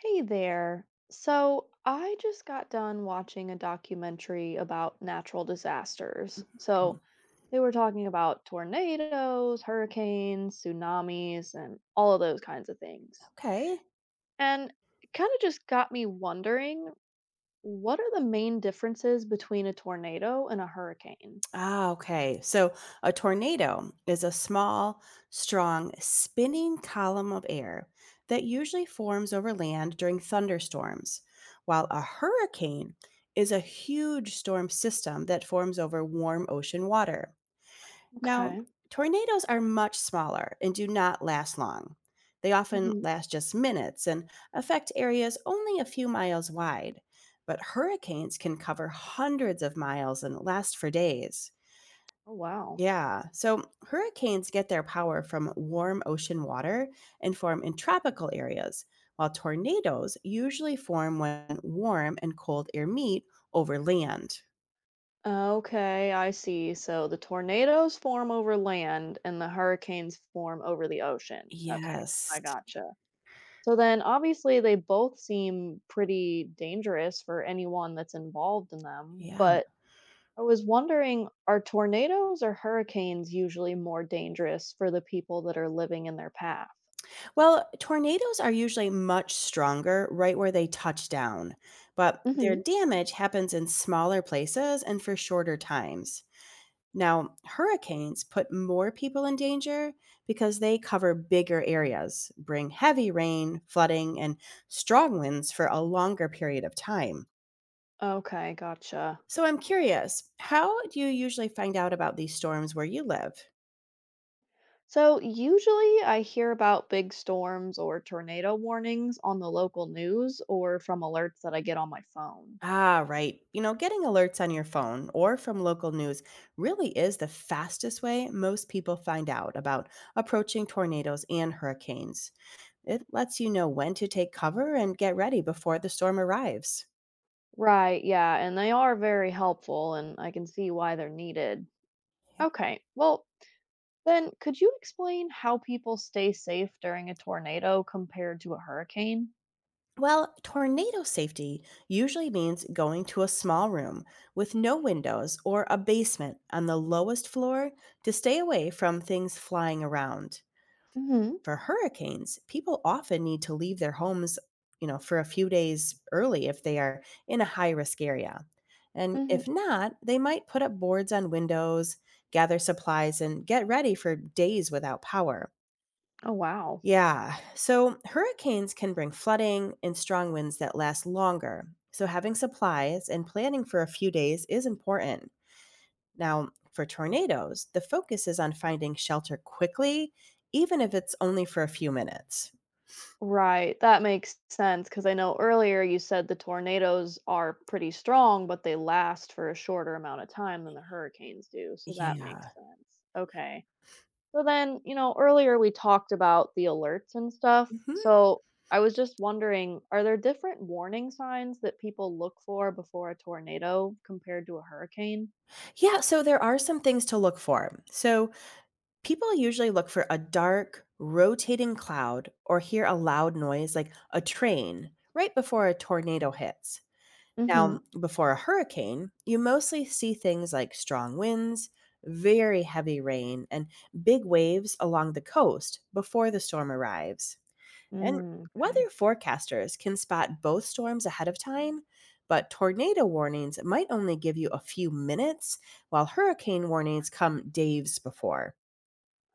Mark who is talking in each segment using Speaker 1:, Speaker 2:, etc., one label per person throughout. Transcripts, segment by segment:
Speaker 1: Hey there. So I just got done watching a documentary about natural disasters. So they were talking about tornadoes, hurricanes, tsunamis, and all of those kinds of things.
Speaker 2: Okay.
Speaker 1: And it kind of just got me wondering, what are the main differences between a tornado and a hurricane?
Speaker 2: Okay. So a tornado is a small, strong, spinning column of air that usually forms over land during thunderstorms, while a hurricane is a huge storm system that forms over warm ocean water. Now,
Speaker 1: Okay.
Speaker 2: tornadoes are much smaller and do not last long. They often
Speaker 1: Hmm.
Speaker 2: last just minutes and affect areas only a few miles wide. But hurricanes can cover hundreds of miles and last for days.
Speaker 1: Oh, wow.
Speaker 2: Yeah, so hurricanes get their power from warm ocean water and form in tropical areas, while tornadoes usually form when warm and cold air meet over land.
Speaker 1: Okay, I see. So the tornadoes form over land and the hurricanes form over the ocean. Okay, I
Speaker 2: Yes.
Speaker 1: gotcha. So then obviously they both seem pretty dangerous for anyone that's involved in them,
Speaker 2: Yeah.
Speaker 1: but I was wondering, are tornadoes or hurricanes usually more dangerous for the people that are living in their path?
Speaker 2: Well, tornadoes are usually much stronger right where they touch down, but their
Speaker 1: Hmm.
Speaker 2: damage happens in smaller places and for shorter times. Now, hurricanes put more people in danger because they cover bigger areas, bring heavy rain, flooding, and strong winds for a longer period of time.
Speaker 1: Okay, gotcha.
Speaker 2: So I'm curious, how do you usually find out about these storms where you live?
Speaker 1: So, usually I hear about big storms or tornado warnings on the local news or from alerts that I get on my phone.
Speaker 2: Right. Getting alerts on your phone or from local news really is the fastest way most people find out about approaching tornadoes and hurricanes. It lets you know when to take cover and get ready before the storm arrives.
Speaker 1: Right, yeah, and they are very helpful, and I can see why they're needed. Okay, well, then could you explain how people stay safe during a tornado compared to a hurricane?
Speaker 2: Well, tornado safety usually means going to a small room with no windows or a basement on the lowest floor to stay away from things flying around.
Speaker 1: Mm hmm.
Speaker 2: For hurricanes, people often need to leave their homes, for a few days early if they are in a high risk area. And
Speaker 1: Mm hmm.
Speaker 2: if not, they might put up boards on windows, gather supplies, and get ready for days without power.
Speaker 1: Oh, wow.
Speaker 2: Yeah, so hurricanes can bring flooding and strong winds that last longer. So having supplies and planning for a few days is important. Now, for tornadoes, the focus is on finding shelter quickly, even if it's only for a few minutes.
Speaker 1: Right, that makes sense because I know earlier you said the tornadoes are pretty strong, but they last for a shorter amount of time than the hurricanes do, so that makes
Speaker 2: Yeah.
Speaker 1: sense. Okay. So then, you know, earlier we talked about the alerts and stuff.
Speaker 2: Mhm.
Speaker 1: So I was just wondering, are there different warning signs that people look for before a tornado compared to a hurricane?
Speaker 2: Yeah, so there are some things to look for. So people usually look for a dark, rotating cloud or hear a loud noise like a train right before a tornado hits.
Speaker 1: Hmm.
Speaker 2: Now, before a hurricane, you mostly see things like strong winds, very heavy rain, and big waves along the coast before the storm arrives. And
Speaker 1: Mm, okay.
Speaker 2: weather forecasters can spot both storms ahead of time, but tornado warnings might only give you a few minutes, while hurricane warnings come days before.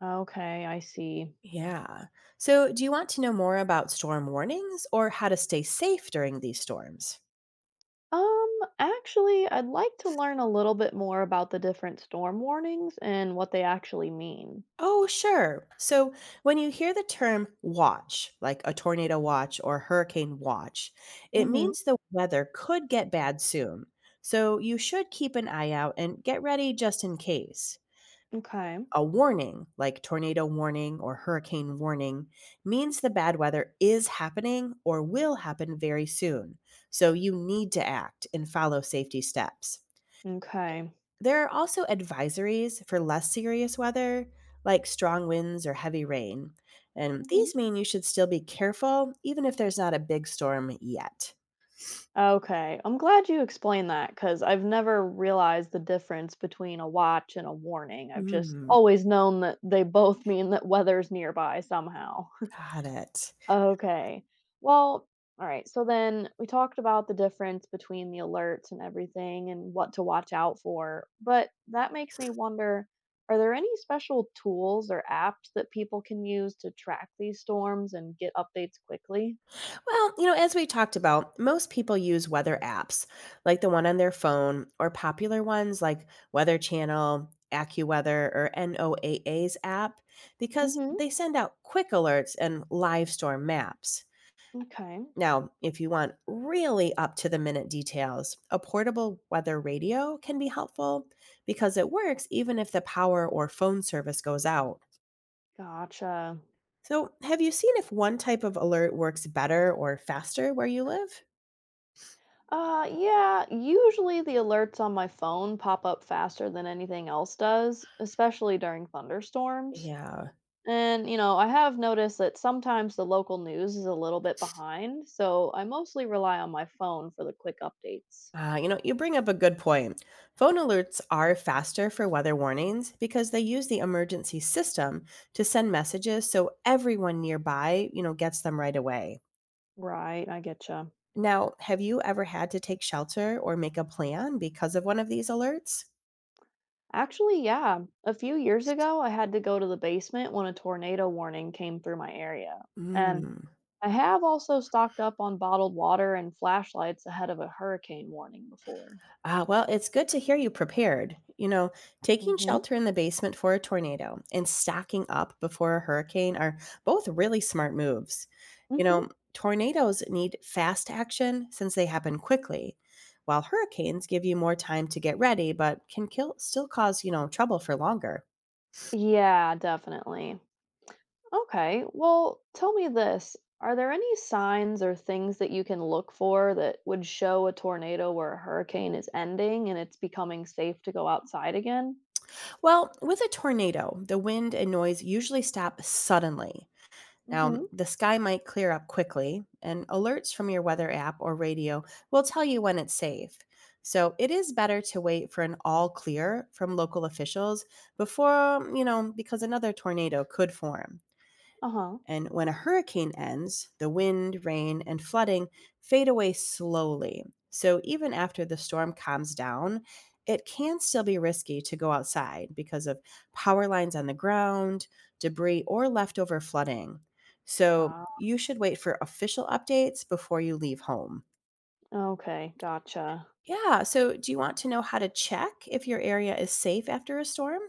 Speaker 1: Okay, I see.
Speaker 2: Yeah. So, do you want to know more about storm warnings or how to stay safe during these storms?
Speaker 1: Um, Actually, I'd like to learn a little bit more about the different storm warnings and what they actually mean.
Speaker 2: Oh, sure. So, when you hear the term watch, like a tornado watch or hurricane watch, it
Speaker 1: Mhm.
Speaker 2: means the weather could get bad soon. So, you should keep an eye out and get ready just in case.
Speaker 1: Okay.
Speaker 2: A warning, like tornado warning or hurricane warning, means the bad weather is happening or will happen very soon, so you need to act and follow safety steps.
Speaker 1: Okay.
Speaker 2: There are also advisories for less serious weather, like strong winds or heavy rain, and
Speaker 1: Mhm.
Speaker 2: these mean you should still be careful even if there's not a big storm yet.
Speaker 1: Okay. I'm glad you explained that cuz I've never realized the difference between a watch and a warning. I've just
Speaker 2: Mm,
Speaker 1: always known that they both mean that weather's nearby somehow.
Speaker 2: got it.
Speaker 1: Okay. Well, all right. So then we talked about the difference between the alerts and everything and what to watch out for. But that makes me wonder, are there any special tools or apps that people can use to track these storms and get updates quickly?
Speaker 2: Well, as we talked about, most people use weather apps like the one on their phone or popular ones like Weather Channel, AccuWeather, or NOAA's app because
Speaker 1: Hmm.
Speaker 2: they send out quick alerts and live storm maps.
Speaker 1: Okay.
Speaker 2: Now, if you want really up to the minute details, a portable weather radio can be helpful because it works even if the power or phone service goes out.
Speaker 1: Gotcha.
Speaker 2: So, have you seen if one type of alert works better or faster where you live?
Speaker 1: Yeah, usually the alerts on my phone pop up faster than anything else does, especially during thunderstorms.
Speaker 2: Yeah,
Speaker 1: And, you know, I have noticed that sometimes the local news is a little bit behind, so I mostly rely on my phone for the quick updates.
Speaker 2: You bring up a good point. Phone alerts are faster for weather warnings because they use the emergency system to send messages so everyone nearby, gets them right away.
Speaker 1: Right, I getcha.
Speaker 2: Now, have you ever had to take shelter or make a plan because of one of these alerts?
Speaker 1: Actually, yeah. A few years ago, I had to go to the basement when a tornado warning came through my area. And
Speaker 2: Mm.
Speaker 1: I have also stocked up on bottled water and flashlights ahead of a hurricane warning before.
Speaker 2: Well, it's good to hear you prepared. Taking
Speaker 1: Hmm.
Speaker 2: shelter in the basement for a tornado and stocking up before a hurricane are both really smart moves.
Speaker 1: Hmm.
Speaker 2: Tornadoes need fast action since they happen quickly, while hurricanes give you more time to get ready but can kill, still cause, trouble for longer.
Speaker 1: Yeah, definitely. Okay. Well, tell me this. Are there any signs or things that you can look for that would show a tornado or a hurricane is ending and it's becoming safe to go outside again?
Speaker 2: Well, with a tornado, the wind and noise usually stop suddenly. Now,
Speaker 1: Mm-hmm.
Speaker 2: the sky might clear up quickly, and alerts from your weather app or radio will tell you when it's safe. So, it is better to wait for an all clear from local officials before, because another tornado could form.
Speaker 1: Uh-huh.
Speaker 2: And when a hurricane ends, the wind, rain, and flooding fade away slowly. So even after the storm calms down, it can still be risky to go outside because of power lines on the ground, debris, or leftover flooding. So
Speaker 1: Ah,
Speaker 2: you should wait for official updates before you leave home.
Speaker 1: okay, gotcha.
Speaker 2: Yeah, so do you want to know how to check if your area is safe after a storm?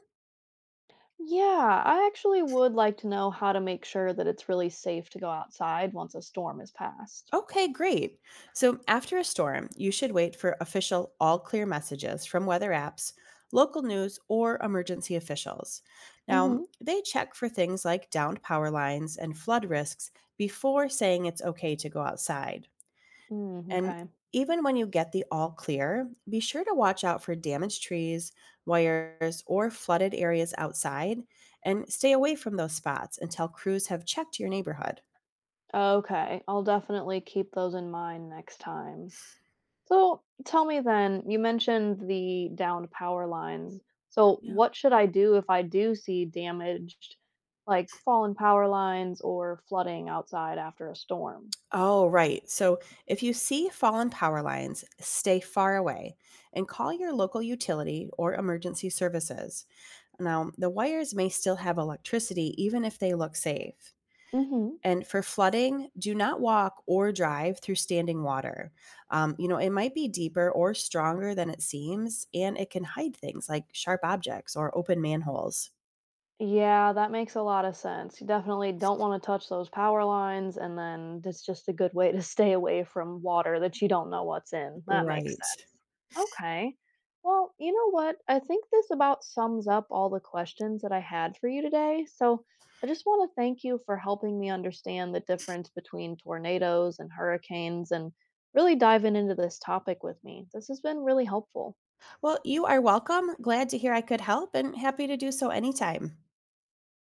Speaker 1: Yeah, I actually would like to know how to make sure that it's really safe to go outside once a storm is passed.
Speaker 2: Okay, great. So after a storm, you should wait for official all clear messages from weather apps, local news, or emergency officials. Now,
Speaker 1: Mm-hmm.
Speaker 2: they check for things like downed power lines and flood risks before saying it's okay to go outside.
Speaker 1: Mm,
Speaker 2: And
Speaker 1: okay.
Speaker 2: even when you get the all clear, be sure to watch out for damaged trees, wires, or flooded areas outside and stay away from those spots until crews have checked your neighborhood.
Speaker 1: Okay, I'll definitely keep those in mind next time. So tell me then, you mentioned the downed power lines. So
Speaker 2: Yeah.
Speaker 1: what should I do if I do see damaged, like fallen power lines or flooding outside after a storm?
Speaker 2: Oh, right. So if you see fallen power lines, stay far away and call your local utility or emergency services. Now, the wires may still have electricity even if they look safe.
Speaker 1: Hmm.
Speaker 2: And for flooding, do not walk or drive through standing water. It might be deeper or stronger than it seems, and it can hide things like sharp objects or open manholes.
Speaker 1: Yeah, that makes a lot of sense. You definitely don't wanna touch those power lines, and then it's just a good way to stay away from water that you don't know what's in. That makes
Speaker 2: Right.
Speaker 1: sense. Okay. Well, you know what? I think this about sums up all the questions that I had for you today. So I just wanna thank you for helping me understand the difference between tornadoes and hurricanes and really diving into this topic with me. This has been really helpful.
Speaker 2: Well, you are welcome. Glad to hear I could help and happy to do so anytime.